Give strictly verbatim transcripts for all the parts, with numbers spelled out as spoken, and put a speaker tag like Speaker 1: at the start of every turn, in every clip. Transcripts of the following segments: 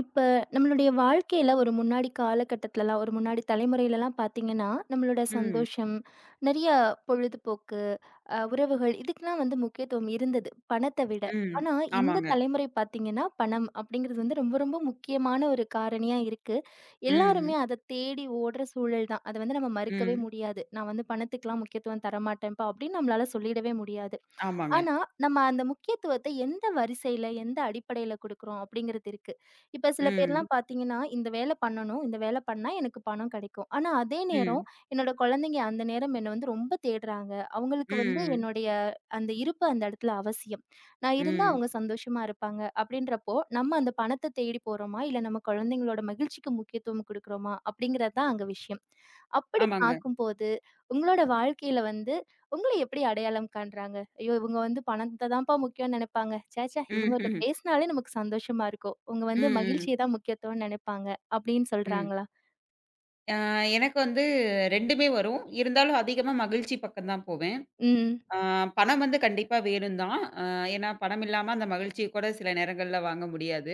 Speaker 1: இப்ப நம்மளுடைய வாழ்க்கையில ஒரு முன்னாடி காலகட்டத்துலலாம், ஒரு முன்னாடி தலைமுறையிலலாம் பார்த்தீங்கன்னா, நம்மளோட
Speaker 2: ம்,
Speaker 1: சந்தோஷம், நெறைய பொழுதுபோக்கு, அ உறவுகள் இதுக்கெல்லாம் வந்து முக்கியத்துவம் இருந்தது, பணத்த விட.
Speaker 2: ம்.
Speaker 1: ஆனா, இந்த
Speaker 2: ஆமாங்க.
Speaker 1: தலைமுறை பார்த்தீங்கன்னா, பணம் அப்படிங்கிறது வந்து ரொம்ப ரொம்ப முக்கியமான ஒரு காரணியா இருக்கு. எல்லாருமே
Speaker 2: ம்,
Speaker 1: அத தேடி ஓடுற சூழல் தான். அத வந்து நம்ம மறுக்கவே
Speaker 2: ம்.
Speaker 1: முடியாது. நான் வந்து பணத்துக்கெல்லாம் முக்கியத்துவம் தரமாட்டேன்ப்பா அப்படின்னு நம்மளால சொல்லிடவே முடியாது.
Speaker 2: ஆமாங்க.
Speaker 1: ஆனா, நம்ம அந்த முக்கியத்துவத்த எந்த வரிசையில, எந்த அடிப்படையில குடுக்குறோம் அப்படிங்கிறது இருக்கு. இப்ப சில
Speaker 2: ம்,
Speaker 1: பேர்லாம் பார்த்தீங்கன்னா, இந்த வேல பண்ணணும், இந்த வேல பண்ணா எனக்கு பணம் கெடைக்கும். ஆனா, அதே நேரம்
Speaker 2: ம்,
Speaker 1: என்னோட குழந்தைங்க அந்த நேரம் என்ன வந்து ரொம்ப தேடுறாங்க. அவங்களுக்கு வந்து
Speaker 2: ம்,
Speaker 1: என்னுடைய அந்த இருப்பு அந்த இடத்துல அவசியம். நான் இருந்தா
Speaker 2: ம்.
Speaker 1: அவங்க சந்தோஷமா இருப்பாங்க. அப்படின்றப்போ, நம்ம அந்த பணத்த தேடி போறோமா? இல்ல நம்ம குழந்தைங்களோட மகிழ்ச்சிக்கு முக்கியத்துவம் குடுக்குறோமா? அப்படிங்கிறது தான் அங்க விஷயம். அப்படி
Speaker 2: ஆமாங்க.
Speaker 1: பார்க்கும்போது, உங்களோட வாழ்க்கையில வந்து உங்கள எப்படி அடையாளம் காண்றாங்க? ஐயோ! இவங்க வந்து பணத்த தான்ப்பா முக்கியம்னு நெனைப்பாங்க. ச்சே! ச்சே! இவங்கட்ட
Speaker 2: ம்ஹ்ம்.
Speaker 1: பேசினாலே நமக்கு சந்தோஷமா இருக்கும். இவங்க வந்து
Speaker 2: ம், ம்,
Speaker 1: மகிழ்ச்சிய தான் முக்கியத்துவம்னு நெனைப்பாங்க. அப்படின்னு
Speaker 2: ம்.
Speaker 1: சொல்றாங்களா?
Speaker 2: ஆ எனக்கு வந்து 2மே வரும். இருந்தாலும் அதிகமா மகிழ்ச்சி பக்கம் தான் போவேன்.
Speaker 1: ம்.
Speaker 2: ஆ பணம் வந்து கண்டிப்பா வேணும் தான். ஆ ஏன்னா பணம் இல்லாம அந்த மகிழ்ச்சிய கூட சில நேரங்கள்ல வாங்க முடியாது.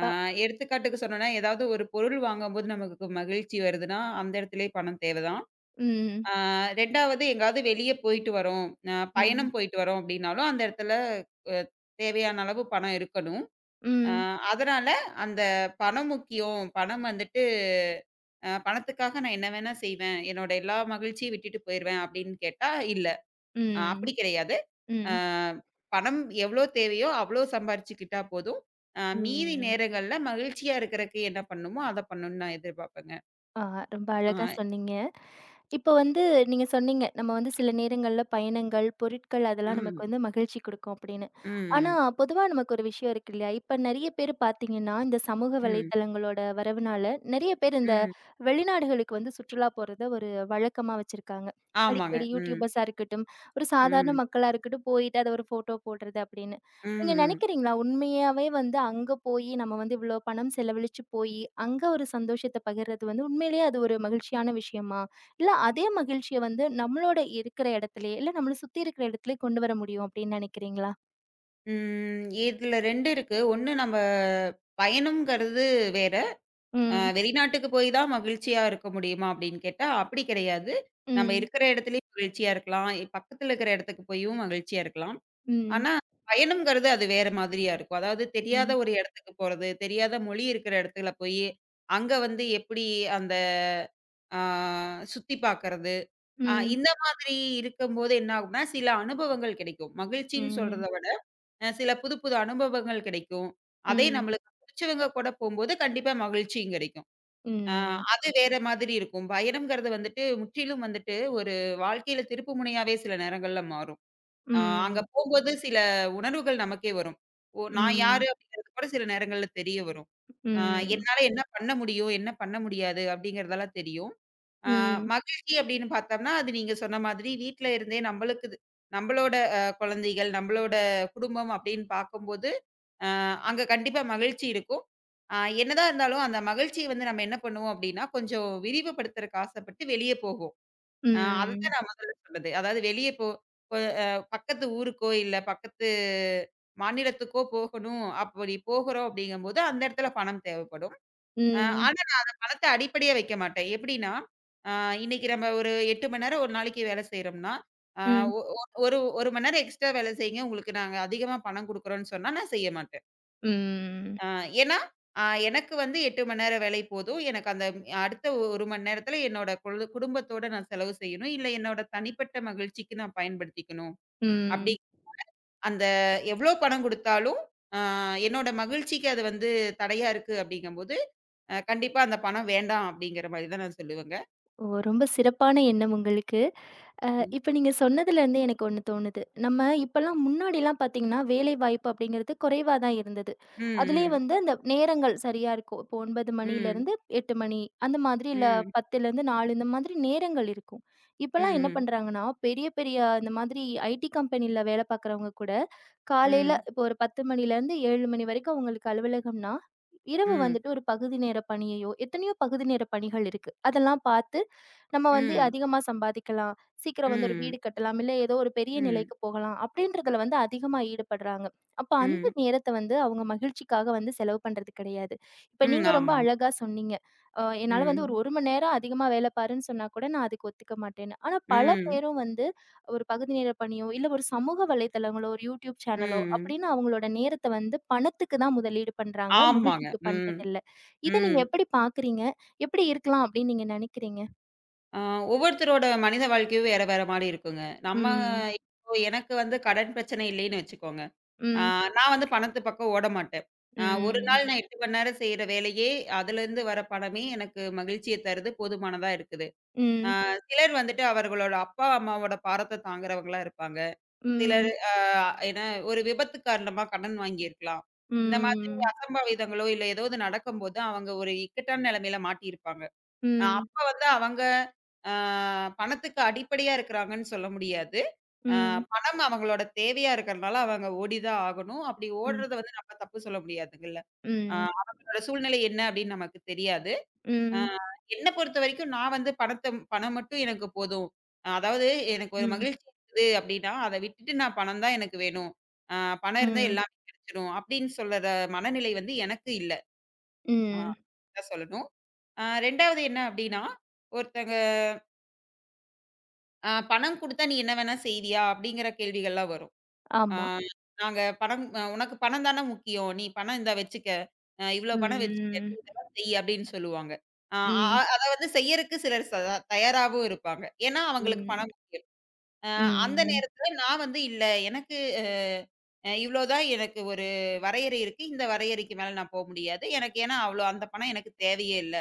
Speaker 2: ஆ எடுத்துக்காட்டுக்கு சொன்னோம்னா, ஏதாவது ஒரு பொருள் வாங்கும்போது நமக்கு மகிழ்ச்சி வருதுன்னா, அந்த இடத்துலயே பணம் தேவ தான்.
Speaker 1: ம்.
Speaker 2: ஆ 2வது எங்காவது வெளிய போயிட்டு வரோம். அ
Speaker 1: ம்.
Speaker 2: பயணம் போயிட்டு வரோம் அப்டின்னாலும், அந்த இடத்துல அ தேவையான அளவு பணம் இருக்கணும். அ
Speaker 1: ம்.
Speaker 2: அதனால அந்த பணம் முக்கியம். பணம் வந்துட்டு அ பணத்துக்காக நான் என்ன வேணா செய்வேன். என்னோட எல்லா மகிழ்ச்சியும் விட்டுட்டு போயிருவேன் அப்டின்னு கேட்டா, இல்ல.
Speaker 1: ம்.
Speaker 2: அ
Speaker 1: ம்.
Speaker 2: அப்டி கிடையாது. அ
Speaker 1: ம்.
Speaker 2: பணம் எவ்ளோ தேவையோ அவ்ளோ சம்பாரிச்சுக்கிட்டா போதும். அ மீதி
Speaker 1: ம்.
Speaker 2: நேரங்கள்ல மகிழ்ச்சியா இருக்கறக்கு என்ன பண்ணுமோ, அத பண்ணணும்னு நான் எதிர்பார்ப்பேங்க.
Speaker 1: ஆ ரொம்ப
Speaker 2: ஆ
Speaker 1: அழகா சொன்னீங்க. இப்போ வந்து நீங்க சொன்னீங்க, நம்ம வந்து சில நேரங்கள்ல பயணங்கள், பொருட்கள் அதெல்லாம் நமக்கு
Speaker 2: ம்.
Speaker 1: வந்து மகிழ்ச்சி குடுக்கும் அப்படின்னு. ஆனா,
Speaker 2: ம்.
Speaker 1: பொதுவா நமக்கு ஒரு விஷயம் இருக்கு இல்லையா? இப்ப நெறைய பேர் பார்த்தீங்கன்னா, இந்த சமூக
Speaker 2: ம்.
Speaker 1: வலைத்தளங்களோட வரவுனால, நெறைய பேர் இந்த
Speaker 2: ம்.
Speaker 1: வெளிநாடுகளுக்கு வந்து சுற்றுலா போறத ஒரு வழக்கமா வச்சிருக்காங்க.
Speaker 2: ஆமாங்க.
Speaker 1: அடிக்கடி
Speaker 2: ம்.
Speaker 1: யூடியூபர்ஸா இருக்கட்டும், ஒரு சாதாரண
Speaker 2: ம்.
Speaker 1: மக்களா இருக்கட்டும், போயிட்டு அத ஒரு ஃபோட்டோ போடுறது அப்படின்னு.
Speaker 2: ம்,
Speaker 1: நீங்க
Speaker 2: ம்.
Speaker 1: நெனைக்கிறீங்களா? உண்மையாவே வந்து அங்க போயி நம்ம வந்து இவ்ளோ பணம் செலவழிச்சு போயி, அங்க ஒரு சந்தோஷத்த பகிர்றது வந்து உண்மையிலேயே அது ஒரு மகிழ்ச்சியான விஷயமா? இல்ல அதே மகிழ்ச்சிய வந்து நம்மளோட இருக்கிற இடத்திலேயே, இல்ல நம்மள சுத்தி இருக்கிற இடத்திலேயே கொண்டு வர முடியும் அப்படின்னு நினைக்கிறீங்களா?
Speaker 2: ம். இதுல ரெண்டு இருக்கு. ஒண்ணு நம்ம பயணம்ங்கிறது வேற. அ
Speaker 1: ம்.
Speaker 2: வெளிநாட்டுக்கு போய் தான் மகிழ்ச்சியா இருக்க முடியுமா அப்படின்னு கேட்டா, அப்படி கிடையாது. நம்ம
Speaker 1: ம்.
Speaker 2: இருக்கிற இடத்துலயும் மகிழ்ச்சியா இருக்கலாம். பக்கத்துல இருக்கிற இடத்துக்கு போயும் மகிழ்ச்சியா இருக்கலாம்.
Speaker 1: ம்.
Speaker 2: ஆனா, பயணம்ங்கிறது அது வேற மாதிரியா இருக்கும். அதாவது தெரியாத
Speaker 1: ம்.
Speaker 2: ஒரு இடத்துக்கு போறது, தெரியாத மொழி இருக்கிற இடத்துல போயி, அங்க வந்து எப்படி அந்த ஆ சுத்தி பார்க்கறது, அ
Speaker 1: ம்.
Speaker 2: இந்த மாதிரி இருக்கும்போது என்ன ஆகும்னா, சில அனுபவங்கள் கிடைக்கும். மகிழ்ச்சின்னு
Speaker 1: ம்.
Speaker 2: சொல்றத விட அ சில புது புது அனுபவங்கள் கிடைக்கும். அதே
Speaker 1: ம்.
Speaker 2: நம்மளுக்கு புடிச்சவங்க கூட போம்போது கண்டிப்பா மகிழ்ச்சியும் கிடைக்கும். அ
Speaker 1: ம்.
Speaker 2: அது வேற மாதிரி இருக்கும். பயணம்ங்கிறது வந்துட்டு முற்றிலும் வந்துட்டு ஒரு வாழ்க்கையில திருப்பு முனையாவே சில நேரங்கள்ல மாறும். அ அங்க
Speaker 1: ம்.
Speaker 2: போம்போது சில உணர்வுகள் நமக்கே வரும். ஓ! நான்
Speaker 1: ம்.
Speaker 2: யாரு அப்படிங்கிறது கூட சில நேரங்கள்ல தெரிய வரும். அ
Speaker 1: ம்.
Speaker 2: என்னால என்ன பண்ண முடியும்? என்ன பண்ண முடியாது? அப்படிங்கிறதெல்லாம் தெரியும். அ
Speaker 1: ம்.
Speaker 2: மகிழ்ச்சி அப்படின்னு பார்த்தோம்னா, அது நீங்க சொன்ன மாதிரி வீட்ல இருந்தே நம்மளுக்கு இது நம்மளோட அ குழந்தைகள், நம்மளோட குடும்பம் அப்படின்னு பார்க்கும்போது அ அங்க கண்டிப்பா மகிழ்ச்சி இருக்கும். அ என்னதான் இருந்தாலும், அந்த மகிழ்ச்சிய வந்து நம்ம என்ன பண்ணுவோம் அப்டின்னா, கொஞ்சம் விரிவுபடுத்துறக்கு ஆசைப்பட்டு வெளிய போகும். அ
Speaker 1: ம்.
Speaker 2: அதத்தான் நான் முதல்ல சொன்னது. அதாவது வெளிய போ அ பக்கத்து ஊருக்கோ, இல்ல பக்கத்து மாநிலத்துக்கோ போகணும். அப்படி போகுறோம் அப்படிங்கும்போது, அந்த இடத்துல பணம் தேவைப்படும். அ
Speaker 1: ம்.
Speaker 2: ஆனா நான் அந்த பணத்த அடிப்படையா வைக்க மாட்டேன். எப்படின்னா, அ இன்னைக்கு நம்ம ஒரு எட்டு மணி நேரம் ஒரு நாளைக்கு வேலை செய்றோம்னா, அ
Speaker 1: ம்.
Speaker 2: ஒ ஒ- ஒரு 1 மணி நேரம் எக்ஸ்ட்ரா வேலை செய்யுங்க. உங்களுக்கு நாங்க அதிகமா பணம் குடுக்குறோம்னு சொன்னா நான் செய்ய மாட்டேன்.
Speaker 1: ம்.
Speaker 2: ஆ ஏன்னா, அ எனக்கு வந்து எட்டு மணி நேர வேலை போதும். எனக்கு அந்த அடுத்த ஒரு மணி நேரத்தில என்னோட குழு குடும்பத்தோட நான் செலவு செய்யணும். இல்ல என்னோட தனிப்பட்ட மகிழ்ச்சிக்கு நான் பயன்படுத்திக்கணும். அப்படி
Speaker 1: ம்.
Speaker 2: அந்த எவ்வளோ பணம் குடுத்தாலும், அ என்னோட மகிழ்ச்சிக்கு அது வந்து தடையா இருக்கு அப்படிங்கும்போது, அ கண்டிப்பா அந்த பணம் வேண்டாம் அப்படிங்கிற மாரி தான் நான் சொல்லுவேங்க.
Speaker 1: ஓ! ரொம்ப சிறப்பான எண்ணம் உங்களுக்கு. அ
Speaker 2: ம்.
Speaker 1: இப்ப நீங்க சொன்னதுலேருந்து எனக்கு ஒண்ணு தோணுது. நம்ம இப்பலாம் முன்னாடிலாம் பார்த்தீங்கன்னா, வேலைவாய்ப்பு அப்படிங்கிறது குறைவா தான் இருந்தது. அதுலயும்
Speaker 2: ம்.
Speaker 1: வந்து அந்த நேரங்கள் சரியா இருக்கும். இப்போ ஒன்பது
Speaker 2: ம்.
Speaker 1: மணிலேருந்து எட்டு மணி அந்த மாதிரி இல்ல
Speaker 2: ம்.
Speaker 1: பத்திலேருந்து நாலு இந்த மாதிரி நேரங்கள் இருக்கும். இப்பலாம் என்ன
Speaker 2: ம்.
Speaker 1: பண்றாங்கன்னா, பெரிய பெரிய இந்த மாதிரி ஐடி கம்பெனில வேலை பார்க்குறவங்க கூட, காலையில
Speaker 2: ம்.
Speaker 1: இப்போ ஒரு பத்து மணிலேருந்து ஏழு மணி வரைக்கும் அவங்களுக்கு அலுவலகம்னா, இரவு
Speaker 2: ம்.
Speaker 1: வந்துட்டு ஒரு பகுதி நேர பணியையோ, எத்தனையோ பகுதி நேர பணிகள் இருக்கு. அதெல்லாம் பார்த்து நம்ம வந்து
Speaker 2: ம்.
Speaker 1: அதிகமா சம்பாதிக்கலாம். சீக்கிரம் வந்து ஒரு
Speaker 2: ம்.
Speaker 1: வீடு
Speaker 2: ம்.
Speaker 1: கட்டலாம். இல்ல ஏதோ ஒரு பெரிய
Speaker 2: ம்.
Speaker 1: நிலைக்கு போகலாம். அப்படின்றதுல வந்து அதிகமா ஈடுபடுறாங்க. அப்ப அந்த
Speaker 2: ம்.
Speaker 1: நேரத்த வந்து அவங்க மகிழ்ச்சிக்காக வந்து செலவு பண்றது கிடையாது. இப்ப
Speaker 2: ம்.
Speaker 1: நீங்க ரொம்ப
Speaker 2: ஆமா.
Speaker 1: அழகா சொன்னீங்க. அ என்னால வந்து ஒரு
Speaker 2: ம்.
Speaker 1: 1 மணி நேரம் அதிகமா வேலை பாருன்னு சொன்னா கூட நான் அதுக்கு ஒத்துக்க மாட்டேன்னு. ஆனா பல
Speaker 2: ம்.
Speaker 1: பேரும் வந்து ஒரு பகுதி நேர பணியோ, இல்ல ஒரு சமூக வலைதளங்களோ, ஒரு YouTube சேனலோ
Speaker 2: ம்.
Speaker 1: அப்படின்னு அவங்களோட நேரத்த வந்து பணத்துக்கு தான் முதலீடு பண்றாங்க.
Speaker 2: ஆமாங்க.
Speaker 1: மகிழ்ச்சிக்கு
Speaker 2: ம்,
Speaker 1: பண்றதில்ல. இத நீங்க
Speaker 2: ம்.
Speaker 1: எப்படி பார்க்குறீங்க? எப்படி இருக்கலாம் அப்படின்னு நீங்க நினைக்கிறீங்க?
Speaker 2: ஆ ஒவ்வொருத்தரோட மனித வாழ்க்கையும் வேற வேற மாரி இருக்குங்க. நம்ம
Speaker 1: Ừm,
Speaker 2: இப்போ எனக்கு வந்து கடன் பிரச்சனை இல்லைன்னு வச்சுக்கோங்க. ஆ
Speaker 1: ừm,
Speaker 2: நான் வந்து பணத்து பக்கம் ஓட மாட்டேன். ஆ ஒரு
Speaker 1: ừm,
Speaker 2: நாள் நான் எட்டு மணி நேரம் செய்ற வேலையே, அதுலேருந்து வர பணமே எனக்கு மகிழ்ச்சிய தருது, போதுமானதா இருக்குது. ஆ
Speaker 1: ừm,
Speaker 2: சிலர் வந்துட்டு அவர்களோட அப்பா, அம்மாவோட பாரத்த தாங்குறவங்களா இருப்பாங்க. சிலர்
Speaker 1: ừm,
Speaker 2: ஆ ஏன்னா ஒரு விபத்து காரணமா கடன் வாங்கியிருக்கலாம். இந்த
Speaker 1: ừm,
Speaker 2: மாதிரி
Speaker 1: ம்,
Speaker 2: அசம்பாவிதங்களோ, இல்ல ஏதோ நடக்கும்போது அவங்க ஒரு இக்கட்டான நிலைமையில மாட்டியிருப்பாங்க. அ
Speaker 1: ம்,
Speaker 2: அப்ப வந்து அவங்க அ பணத்துக்கு அடிப்படையா இருக்கிறாங்கன்னு சொல்ல முடியாது.
Speaker 1: ம்,
Speaker 2: அ
Speaker 1: ம்,
Speaker 2: பணம் அவங்களோட தேவையா இருக்கிறனால அவங்க ஓடி தான் ஆகணும். அப்படி ஓடுறத வந்து நம்ம தப்பு சொல்ல முடியாதுங்கல்ல. அ அவங்களோட சூழ்நிலை என்ன அப்படின்னு நமக்கு தெரியாது. அ
Speaker 1: ம்,
Speaker 2: என்ன பொறுத்தவரைக்கும் நான் வந்து பணத்த பணம் மட்டும் எனக்கு போதும். அஹ், அதாவது எனக்கு ஒரு
Speaker 1: ம்,
Speaker 2: மகிழ்ச்சி இருக்குது அப்படின்னா, அத விட்டுட்டு நான் பணம் தான் எனக்கு வேணும். அ பணம் இருந்தா
Speaker 1: ம்,
Speaker 2: எல்லாமே கிடைச்சிடும் அப்படின்னு சொல்ற மனநிலை வந்து எனக்கு இல்ல. ஆ
Speaker 1: ம்.
Speaker 2: தான் சொல்லணும். அ 2வது என்ன அப்டின்னா, ஒருத்தங்க அ "பணம் குடுத்தா நீ என்ன வேணா செய்வியா?" அப்படிங்கிற கேள்விகள்லாம் வரும். அ
Speaker 1: ஆமா.
Speaker 2: நாங்க பணம் அ "உனக்கு பணம் தான முக்கியம். நீ பணம் இந்தா வச்சுக்க. அ இவ்ளோ பணம் வச்சுக்க. நீ
Speaker 1: ம்,
Speaker 2: இதெல்லாம் செய்" அப்படின்னு சொல்லுவாங்க. ஆ, அ அ
Speaker 1: ம்,
Speaker 2: அத வந்து செய்யறக்கு சிலர் ச தயாராவும் இருப்பாங்க. ஏன்னா அவங்களுக்கு
Speaker 1: ம், ம்,
Speaker 2: பணம் அ அந்த
Speaker 1: ம்,
Speaker 2: நேரத்துல நான் வந்து இல்ல எனக்கு அ அ இவ்ளோ தான் எனக்கு ஒரு வரையறை இருக்கு. இந்த வரையறைக்கு மேல நான் போ முடியாது. எனக்கு ஏன்னா அவ்ளோ அந்த பணம் எனக்கு தேவையே இல்ல.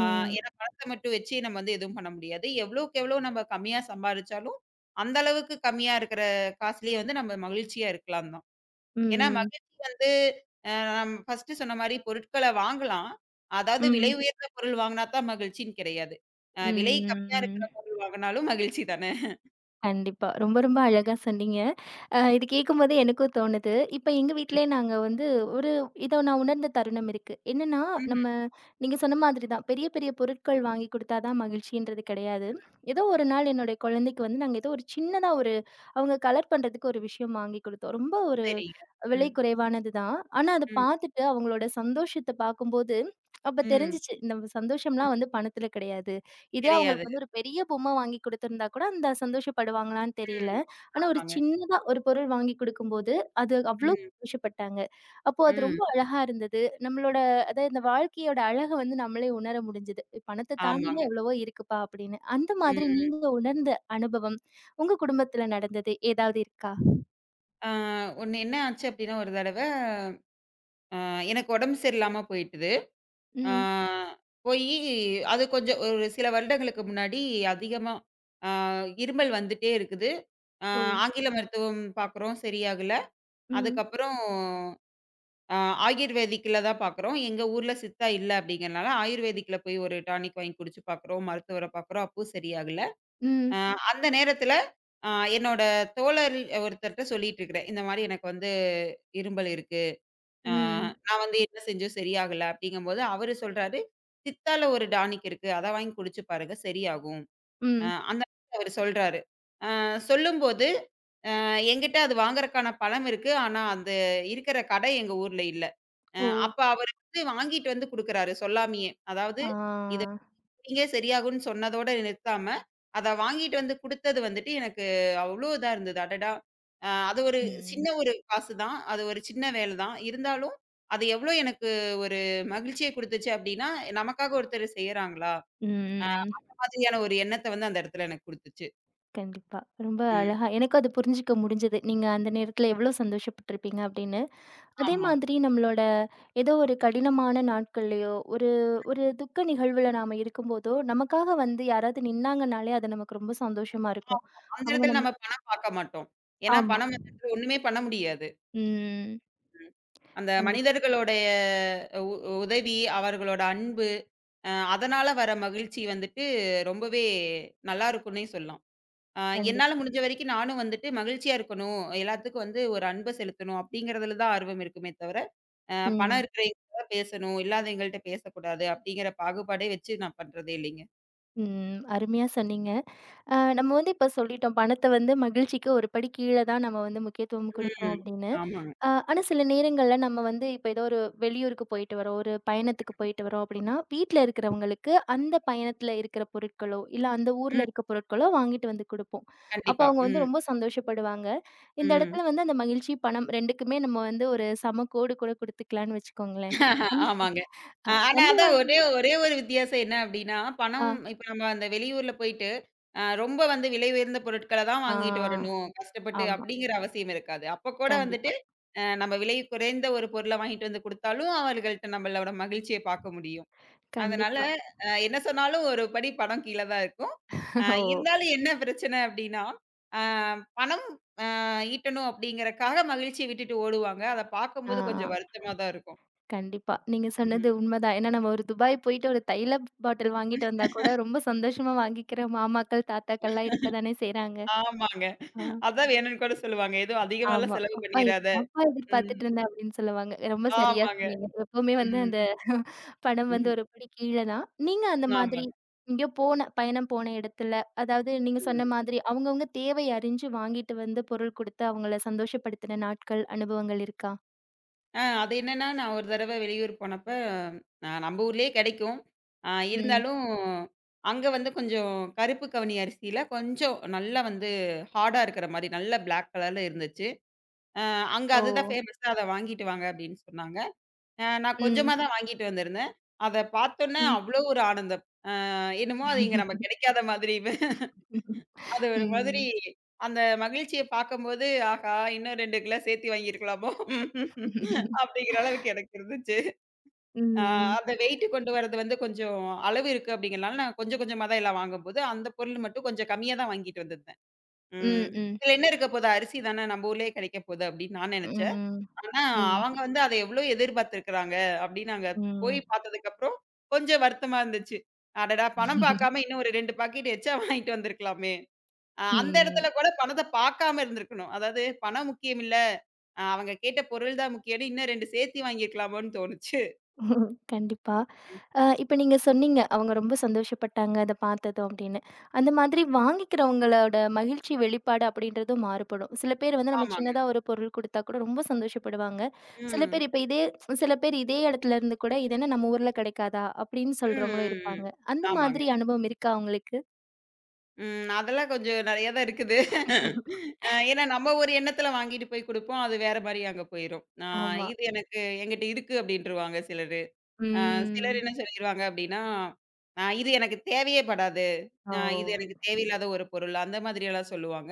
Speaker 2: ஆ ஏன்னா பணத்த மட்டும் வச்சு நம்ம வந்து எதுவும் பண்ண முடியாது. எவ்வளோக்கு எவ்வளோ நம்ம கம்மியா சம்பாரிச்சாலும், அந்த அளவுக்கு கம்மியா இருக்கிற காசுலயே வந்து நம்ம மகிழ்ச்சியா இருக்கலாம் தான். ஏன்னா
Speaker 1: ம்,
Speaker 2: மகன் வந்து அ நம் ஃபர்ஸ்ட்டு சொன்ன மாரி பொருட்கள வாங்கலாம். அதாவது விலை உயர்ந்த பொருள் வாங்குனா தான் மகிழ்ச்சின்னு கிடையாது. அ
Speaker 1: ம்,
Speaker 2: விலை கம்மியா இருக்கிற
Speaker 1: ம்.
Speaker 2: பொருள் வாங்குனாலும் மகிழ்ச்சி தானே!
Speaker 1: கண்டிப்பா. ரொம்ப ரொம்ப அழகா சொன்னீங்க. அ இது கேட்கும்போதே எனக்கும் தோணுது. இப்ப எங்க வீட்லயே நாங்க வந்து ஒரு இத நான் உணர்ந்த தருணம் இருக்கு. என்னன்னா,
Speaker 2: ம்ஹ்ம்.
Speaker 1: நம்ம நீங்க சொன்ன மாதிரி தான். பெரிய பெரிய பொருட்கள் வாங்கி குடுத்தா தான் மகிழ்ச்சின்றது கிடையாது. ஏதோ ஒரு நாள் என்னுடைய குழந்தைக்கு வந்து நாங்க ஏதோ ஒரு சின்னதா ஒரு அவங்க கலர் பண்றதுக்கு ஒரு விஷயம் வாங்கி குடுத்தோம். ரொம்ப ஒரு
Speaker 2: சரிங்க.
Speaker 1: விலை
Speaker 2: ம்.
Speaker 1: குறைவானது தான். ஆனா அத
Speaker 2: ம்.
Speaker 1: பார்த்துட்டு அவங்களோட சந்தோஷத்த பார்க்கும்போது, அப்ப
Speaker 2: ம்.
Speaker 1: தெரிஞ்சுச்சு. நம்ம
Speaker 2: ம்.
Speaker 1: சந்தோஷம்லாம் வந்து பணத்துல கிடையாது. இதே
Speaker 2: கிடையாது.
Speaker 1: அவங்களுக்கு வந்து ஒரு பெரிய பொம்மை வாங்கி குடுத்திருந்தா கூட அந்த சந்தோஷப்படுவாங்களான்னு தெரியல.
Speaker 2: ம்.
Speaker 1: ஆனா ஒரு
Speaker 2: ஆமாங்க.
Speaker 1: சின்னதா ஒரு பொருள் வாங்கி குடுக்கும்போது, அது அவ்ளோ
Speaker 2: ம்.
Speaker 1: சந்தோஷப்பட்டாங்க. அப்போ அது
Speaker 2: ம்.
Speaker 1: ரொம்ப அழகா இருந்தது. நம்மளோட அதாவது இந்த வாழ்க்கையோட அழக வந்து நம்மளே உணர முடிஞ்சது. பணத்த
Speaker 2: ஆமாங்க.
Speaker 1: தாண்டிலாம் எவ்வளவோ இருக்குப்பா அப்படின்னு. அந்த மாதிரி
Speaker 2: ம்.
Speaker 1: நீங்க உணர்ந்த அனுபவம், உங்க குடும்பத்துல நடந்தது ஏதாவது இருக்கா?
Speaker 2: ஆ ஒண்ணு என்ன ஆச்சு அப்டின்னா ஒரு தடவ ஆ எனக்கு உடம்பு சரியில்லாம போயிட்டுது. ஆ
Speaker 1: ம்.
Speaker 2: ம். போயி அது கொஞ்சம் ஒரு சில வருடங்களுக்கு முன்னாடி அதிகமா ஆ இருமல் வந்துட்டே இருக்குது. ஆ
Speaker 1: ஓ!
Speaker 2: ஆங்கில ம். மருத்துவம் பார்க்குறோம் சரியாகல.
Speaker 1: ம்.
Speaker 2: அதுக்கப்புறம் ஆ ஆயுர்வேதிக்ல தான் பார்க்குறோம். எங்க ஊர்ல சித்தா இல்ல அப்படிங்கிறனால ஆயுர்வேதிக்ல போய் ஒரு டானிக் வாங்கி குடிச்சு பார்க்குறோம். மருத்துவர பார்க்குறோம். அப்பவும் சரியாகல.
Speaker 1: Ừm,
Speaker 2: ஆ அந்த நேரத்தில ஆ என்னோட தோழர் ஒருத்தர்ட்ட சொல்லிட்டு இருக்கிறேன். இந்த மாரி எனக்கு வந்து இருமல் இருக்கு. ஆ
Speaker 1: ừm,
Speaker 2: நான் வந்து என்ன செஞ்சும் சரியாகல அப்படிங்கும்போது அவரு சொல்றாரு, சித்தால ஒரு டானிக் இருக்கு. அத வாங்கி குடிச்சு பாருங்க சரியாகும். அ
Speaker 1: ம்.
Speaker 2: அந்த மாதிரி அவரு சொல்றாரு. ஆ சொல்லும்போது அ என்கிட்ட அது வாங்குறக்கான பணம் இருக்கு. ஆனா அந்த இருக்கிற கடை எங்க ஊர்ல இல்ல. அ
Speaker 1: ஓ!
Speaker 2: அப்ப அவரு வந்து வாங்கிட்டு வந்து குடுக்குறாரு சொல்லாமயே. அதாவது,
Speaker 1: ஆ.
Speaker 2: இங்கே சரியாகும்னு சொன்னதோட நிறுத்தாம, அத வாங்கிட்டு வந்து குடுத்தது வந்துட்டு எனக்கு அவ்ளோ இதா இருந்தது. அடடா! அ அது ஒரு சின்ன
Speaker 1: ம்,
Speaker 2: ஒரு காசு தான். அது ஒரு சின்ன வேல தான். இருந்தாலும், அது எவ்ளோ எனக்கு ஒரு மகிழ்ச்சிய குடுத்துச்சு அப்டின்னா, நமக்காக ஒருத்தர் செய்றாங்களா? அ
Speaker 1: ம்.
Speaker 2: மாதிரியான ஒரு எண்ணத்த வந்து அந்த இடத்துல எனக்கு குடுத்துச்சு.
Speaker 1: கண்டிப்பா. ரொம்ப
Speaker 2: ம்.
Speaker 1: அழகா எனக்கும் அது புரிஞ்சுக்க முடிஞ்சது. நீங்க அந்த நேரத்துல எவ்வளோ சந்தோஷப்பட்டுருப்பீங்க அப்படின்னு. அதே
Speaker 2: ஆமா.
Speaker 1: மாதிரி நம்மளோட ஏதோ ஒரு கடினமான நாட்கள்லயோ, ஒரு ஒரு துக்க நிகழ்வுல நாம இருக்கும்போதோ, நமக்காக வந்து யாராவது நின்னாங்கனாலே அது நமக்கு ரொம்ப சந்தோஷமா இருக்கும்.
Speaker 2: அந்த
Speaker 1: அவங்க
Speaker 2: இடத்துல
Speaker 1: நம்ம
Speaker 2: நம்ம பணம் பாக்க மாட்டோம். ஏன்னா
Speaker 1: ஆமா.
Speaker 2: பணம் அந்த இடத்துல ஒண்ணுமே பண்ண முடியாது.
Speaker 1: ம்.
Speaker 2: அந்த
Speaker 1: கண்டிப்
Speaker 2: மனிதர்களுடைய உ உதவி, அவர்களோட அன்பு, அ அதனால வர மகிழ்ச்சி வந்துட்டு ரொம்பவே நல்லா இருக்கும்னே சொல்லலாம். அ
Speaker 1: கண்டிப்
Speaker 2: என்னால முடிஞ்ச வரைக்கும் நானும் வந்துட்டு மகிழ்ச்சியா இருக்கணும். எல்லாத்துக்கும் வந்து ஒரு அன்ப செலுத்தணும் அப்படிங்கிறதுல தான் ஆர்வம் இருக்குமே தவிர, அ பணம்
Speaker 1: ம்,
Speaker 2: இருக்கிறவங்கள்ட்ட பேசணும், இல்லாதவங்கள்ட்ட பேசக்கூடாது அப்படிங்கிற பாகுபாடே வச்சு நான் பண்றதே இல்லைங்க.
Speaker 1: ம். அருமையா சொன்னீங்க. அ நம்ம வந்து இப்ப சொல்லிட்டோம். பணத்த வந்து மகிழ்ச்சிக்கு ஒரு படி கீழ தான் நம்ம வந்து முக்கியத்துவம் குடுக்குறோம்
Speaker 2: ம்.
Speaker 1: அப்படின்னு.
Speaker 2: ஆமாங்க.
Speaker 1: அ ஆனா சில நேரங்கள்ல நம்ம வந்து இப்ப ஏதோ ஒரு வெளியூருக்கு போயிட்டு வரோம், ஒரு பயணத்துக்கு போயிட்டு வரோம் அப்படின்னா, வீட்ல இருக்கிறவங்களுக்கு அந்த பயணத்துல இருக்கிற பொருட்களோ, இல்ல அந்த ஊர்ல
Speaker 2: ம்.
Speaker 1: இருக்க பொருட்களோ வாங்கிட்டு வந்து குடுப்போம். அப்ப
Speaker 2: கண்டிப்பா.
Speaker 1: அவங்க வந்து
Speaker 2: ம்.
Speaker 1: ரொம்ப சந்தோஷப்படுவாங்க. இந்த
Speaker 2: ம்.
Speaker 1: இடத்துல வந்து அந்த மகிழ்ச்சி, பணம் ரெண்டுக்குமே நம்ம வந்து ஒரு சம கோடு கூட குடுத்துக்கலான்னு வச்சுக்கோங்களேன். அந்த
Speaker 2: ஆமாங்க.
Speaker 1: அ
Speaker 2: அ ஆனா
Speaker 1: வந்து
Speaker 2: அதான் ஒரே ஒரே ஒரு வித்தியாசம் என்ன அப்டின்னா,
Speaker 1: ஆ
Speaker 2: பணம் இப்ப நம்ம அந்த வெளியூர்ல போயிட்டு, அ ரொம்ப வந்து விலை உயர்ந்த பொருட்கள தான்
Speaker 1: ஆ
Speaker 2: வாங்கிட்டு வரணும், கஷ்டப்பட்டு
Speaker 1: ஆமா.
Speaker 2: அப்படிங்கிற அவசியம் இருக்காது. அப்ப கூட
Speaker 1: கண்டிப்பா,
Speaker 2: வந்துட்டு, அ நம்ம விலை குறைந்த ஒரு பொருள வாங்கிட்டு வந்து குடுத்தாலும், அவர்கள்ட்ட நம்மளோட மகிழ்ச்சிய பாக்க முடியும். அதனால,
Speaker 1: கண்டிப்பா.
Speaker 2: அ என்ன சொன்னாலும் ஒரு படி பணம் கீழ தான் இருக்கும். அ
Speaker 1: ஓ!
Speaker 2: இருந்தாலும் என்ன பிரச்சனை அப்டின்னா, அ பணம் அ ஈட்டணும் அப்படிங்கிறக்காக மகிழ்ச்சிய விட்டுட்டு ஓடுவாங்க. அத
Speaker 1: ஆ.
Speaker 2: பாக்கும்போது கொஞ்சம் வருத்தமா தான் இருக்கும்.
Speaker 1: கண்டிப்பா. நீங்க சொன்னது
Speaker 2: ம்.
Speaker 1: உண்மதான். ஏன்னா நம்ம ஒரு துபாய் போயிட்டு ஒரு தைல பாட்டில் வாங்கிட்டு வந்தா கூட ரொம்ப சந்தோஷமா வாங்கிக்கிற மாமாக்கள், தாத்தாக்கள்லாம் இருக்க தானே செய்றாங்க.
Speaker 2: ஆமாங்க.
Speaker 1: ஆ
Speaker 2: அதான் வேணும்னு கூட சொல்லுவாங்க. எதுவும் அதிகமாலாம்
Speaker 1: ஆமா.
Speaker 2: செலவு
Speaker 1: அப்பா இது-
Speaker 2: பண்ணிறாத.
Speaker 1: அப்பா
Speaker 2: ம்.
Speaker 1: எதிர்பார்த்துட்டு இருந்தேன் அப்படின்னு சொல்லுவாங்க. ரொம்ப சரியா
Speaker 2: ஆமாங்க.
Speaker 1: சொன்னீங்க. எப்பவுமே வந்து
Speaker 2: ம்.
Speaker 1: அந்த பணம் வந்து
Speaker 2: ம்ஹ்ம்.
Speaker 1: ஒரு படி கீழ தான். நீங்க அந்த மாதிரி
Speaker 2: ஆமாங்க.
Speaker 1: எங்கேயோ போன பயணம் போன இடத்துல, அதாவது நீங்க சொன்ன
Speaker 2: ம்.
Speaker 1: மாதிரி அவங்கவங்க தேவை அறிஞ்சு வாங்கிட்டு வந்து பொருள் குடுத்து அவங்கள சந்தோஷப்படுத்தின நாட்கள், அனுபவங்கள் இருக்கா?
Speaker 2: ஆ அது என்னன்னா, நான் ஒரு தடவ வெளியூர் போனப்ப, அ நம்ம ஊர்லயே கெடைக்கும். ஆ
Speaker 1: ம்.
Speaker 2: இருந்தாலும், அங்க வந்து கொஞ்சம் கருப்பு கவுனி அரிசியில கொஞ்சம் நல்லா வந்து ஹார்டா இருக்கிற மாரி, நல்ல பிளாக் கலர்ல இருந்துச்சு. அ அங்க
Speaker 1: ஓ!
Speaker 2: அதுதான் ஃபேமஸா அத வாங்கிட்டு வாங்க அப்டின்னு சொன்னாங்க. அ நான்
Speaker 1: ம்.
Speaker 2: கொஞ்சமா தான் வாங்கிட்டு வந்திருந்தேன். அத பார்த்தோன்னே
Speaker 1: ம்.
Speaker 2: அவ்ளோ ஒரு ஆனந்தம். அ என்னமோ அது இங்க நம்ம கெடைக்காத மாதிரி அது ஒரு மாதிரி
Speaker 1: ம்.
Speaker 2: அந்த மகிழ்ச்சிய பார்க்கும்போது, ஆஹா! இன்னும் ரெண்டு கிலோ சேர்த்து வாங்கியிருக்கலாமோ! அப்படிங்கிற அளவுக்கு எனக்கு இருந்துச்சு. ஆ
Speaker 1: Ừm,
Speaker 2: அந்த வெயிட் கொண்டு வரது வந்து கொஞ்சம் அளவு இருக்கு அப்படிங்கிறனால, நான் கொஞ்சம் கொஞ்சமா தான் எல்லாம் வாங்கும்போது, அந்த பொருள் மட்டும் கொஞ்சம் கம்மியா தான் வாங்கிட்டு வந்திருந்தேன்.
Speaker 1: ம்,
Speaker 2: ம்.
Speaker 1: ம்,
Speaker 2: இதில என்ன இருக்க போது? அரிசி தானே நம்ம ஊர்லயே கிடைக்க போகுது அப்படின்னு நான் நினைச்சேன்.
Speaker 1: ம்,
Speaker 2: ஆனா
Speaker 1: ம்,
Speaker 2: அவங்க வந்து அத எவ்வளோ எதிர்பார்த்திருக்கிறாங்க அப்படின்னு நாங்க போய்
Speaker 1: ம்,
Speaker 2: பார்த்ததுக்கப்புறம், கொஞ்சம் வருத்தமா இருந்துச்சு. அடடா! பணம்
Speaker 1: ம்.
Speaker 2: பார்க்காம இன்னும் ஒரு ரெண்டு பாக்கெட் எச்சா வாங்கிட்டு வந்திருக்கலாமே! அ அந்த இடத்துல கூட பணத்த பாக்காம இருந்திருக்கணும். அதாவது பணம் முக்கியம் இல்ல. அ அவங்க கேட்ட பொருள் தான் முக்கியம்னு இன்னும் ரெண்டு சேர்த்தி வாங்கியிருக்கலாமோன்னு தோணுச்சு.
Speaker 1: கண்டிப்பா.
Speaker 2: ம்.
Speaker 1: அ இப்ப நீங்க சொன்னீங்க, அவங்க ரொம்ப சந்தோஷப்பட்டாங்க அத பார்த்ததும் அப்படின்னு. அந்த மாதிரி வாங்கிக்கிறவங்களோட மகிழ்ச்சி வெளிப்பாடு அப்படின்றதும் மாறுபடும். சில பேர் வந்து நம்ம
Speaker 2: ஆமாங்க.
Speaker 1: சின்னதா ஒரு பொருள் குடுத்தா கூட ரொம்ப சந்தோஷப்படுவாங்க. சில
Speaker 2: ம்.
Speaker 1: பேர் இப்ப இதே சில பேர் இதே இடத்துல இருந்து கூட, "இது என்ன நம்ம ஊர்ல கிடைக்காதா?" அப்படின்னு
Speaker 2: ம்,
Speaker 1: சொல்றவங்களும்
Speaker 2: ம், ம்.
Speaker 1: இருப்பாங்க. அந்த
Speaker 2: ஆமாங்க.
Speaker 1: மாதிரி அனுபவம் இருக்கா உங்களுக்கு?
Speaker 2: ம். அதெல்லாம் கொஞ்சம் நெறைய தான் இருக்குது. அ ஏன்னா நம்ம ஒரு எண்ணத்துல வாங்கிட்டு போய் குடுப்போம். அது வேற மாரி அங்க போயிரும். அ
Speaker 1: ஆமா.
Speaker 2: இது எனக்கு என்கிட்ட இருக்கு அப்டின்ருவாங்க சிலரு. அ
Speaker 1: ம்.
Speaker 2: சிலர் என்ன சொல்லிருவாங்க அப்டின்னா, அ இது எனக்கு தேவையே படாது.
Speaker 1: ஓ!
Speaker 2: அ இது எனக்கு தேவையில்லாத ஒரு பொருள். அந்த மாதிரியெல்லாம் சொல்லுவாங்க.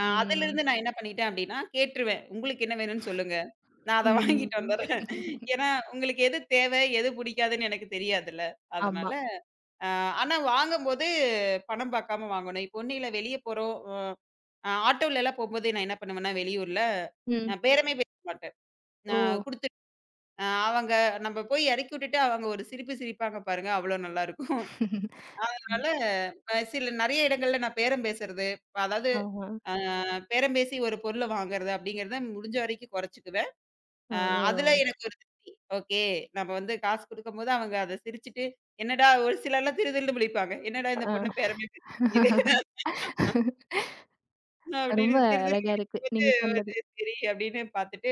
Speaker 2: ஆ அதிலிருந்து நான் என்ன பண்ணிட்டேன் அப்டின்னா, கேட்டுருவேன். உங்களுக்கு என்ன வேணும்னு சொல்லுங்க. நான் அத
Speaker 1: ம்.
Speaker 2: வாங்கிட்டு வந்துர்றேன். ஏன்னா, உங்களுக்கு எது தேவை, எது புடிக்காதுன்னு எனக்கு தெரியாதுல்ல.
Speaker 1: ஆமா.
Speaker 2: அதனால அ ஆனா வாங்கும்போது பணம் பாக்காம வாங்கணும். இப்போ ஒண்ணும் இல்ல வெளிய போறோம். அ ஆட்டோலலாம் போம்போது நான் என்ன பண்ணுவேன்னா, வெளியூர்ல
Speaker 1: ம்.
Speaker 2: அ பேரமே பேச மாட்டேன்.
Speaker 1: ஓ!
Speaker 2: நான் குடுத்து அ அவங்க நம்ம போய் எறக்கி விட்டுட்டு அவங்க ஒரு சிரிப்பு சிரிப்பாங்க பாருங்க, அவ்ளோ நல்லாருக்கும்.
Speaker 1: ம்.
Speaker 2: அ சில நெறைய இடங்கள்ல நான் பேரம் பேசுறது, அதாவது
Speaker 1: ஆஹா.
Speaker 2: அ பேரம் பேசி ஒரு பொருள வாங்குறது அப்படிங்கிறத முடிஞ்ச வரைக்கும் குறைச்சுக்குவேன். அ அதுல
Speaker 1: ஓ!
Speaker 2: எனக்கு ஒரு திருப்தி. ஓகே. நம்ம வந்து காசு குடுக்கும்போது அவங்க அத சிரிச்சுட்டு, என்னடா ஒரு சிலர்லாம் திருதிருன்னு முழிப்பாங்க. என்னடா இந்த
Speaker 1: ஆ
Speaker 2: பொண்ணு பேரமே பேச மாட்டேங்குது அப்படின்னு
Speaker 1: ரொம்ப அழகா
Speaker 2: திருதிருன்னு
Speaker 1: இருக்கு.
Speaker 2: முழிக்கும்போது
Speaker 1: நீங்க சொன்னது.
Speaker 2: வந்து சரி அப்படின்னு பார்த்துட்டு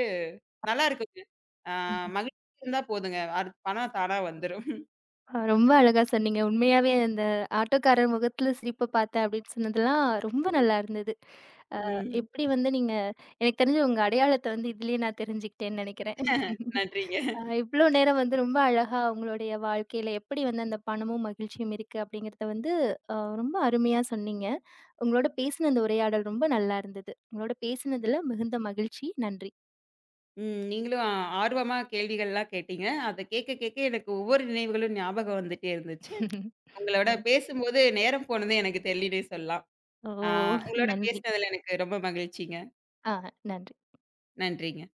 Speaker 2: நல்லா இருக்குங்க. அ
Speaker 1: ம்.
Speaker 2: மகிழ்ச்சி இருந்தா போதுங்க. அது பணம் தானா வந்துரும்.
Speaker 1: அ ரொம்ப அழகா சொன்னீங்க. உண்மையாவே அந்த ஆட்டோக்காரர் முகத்துல சிரிப்ப பார்த்தேன் அப்படின்னு சொன்னதெல்லாம் ரொம்ப நல்லா இருந்தது.
Speaker 2: ம்.
Speaker 1: எப்படி வந்து நீங்க எனக்கு தெரிஞ்சு உங்க அடையாளத்த வந்து இதுலயே நான் தெரிஞ்சுக்கிட்டேன்னு நெனைக்கிறேன்.
Speaker 2: நன்றிங்க.
Speaker 1: அ இவ்ளோ நேரம் வந்து ரொம்ப அழகா உங்களுடைய வாழ்க்கையில எப்படி வந்து அந்த பணமும், மகிழ்ச்சியும் இருக்கு அப்படிங்கிறத வந்து அ ரொம்ப அருமையா சொன்னீங்க. உங்களோட பேசின இந்த உரையாடல் ரொம்ப நல்லா இருந்தது. உங்களோட பேசினதுல மிகுந்த மகிழ்ச்சி. நன்றி.
Speaker 2: ம். நீங்களும் ஆ ஆர்வமா கேள்விகள்லாம் கேட்டீங்க. அத கேட்க கேட்க எனக்கு ஒவ்வொரு நினைவுகளும் ஞாபகம் வந்துட்டே இருந்துச்சு. உங்களோட
Speaker 1: ம்.
Speaker 2: பேசும்போது நேரம் போனதே எனக்கு தெரியலன்னே சொல்லலாம்.
Speaker 1: ஓ!
Speaker 2: ஆ உங்களோட
Speaker 1: நன்றி.
Speaker 2: பேசினதுல எனக்கு ரொம்ப மகிழ்ச்சிங்க.
Speaker 1: ஆ நன்றி.
Speaker 2: நன்றிங்க.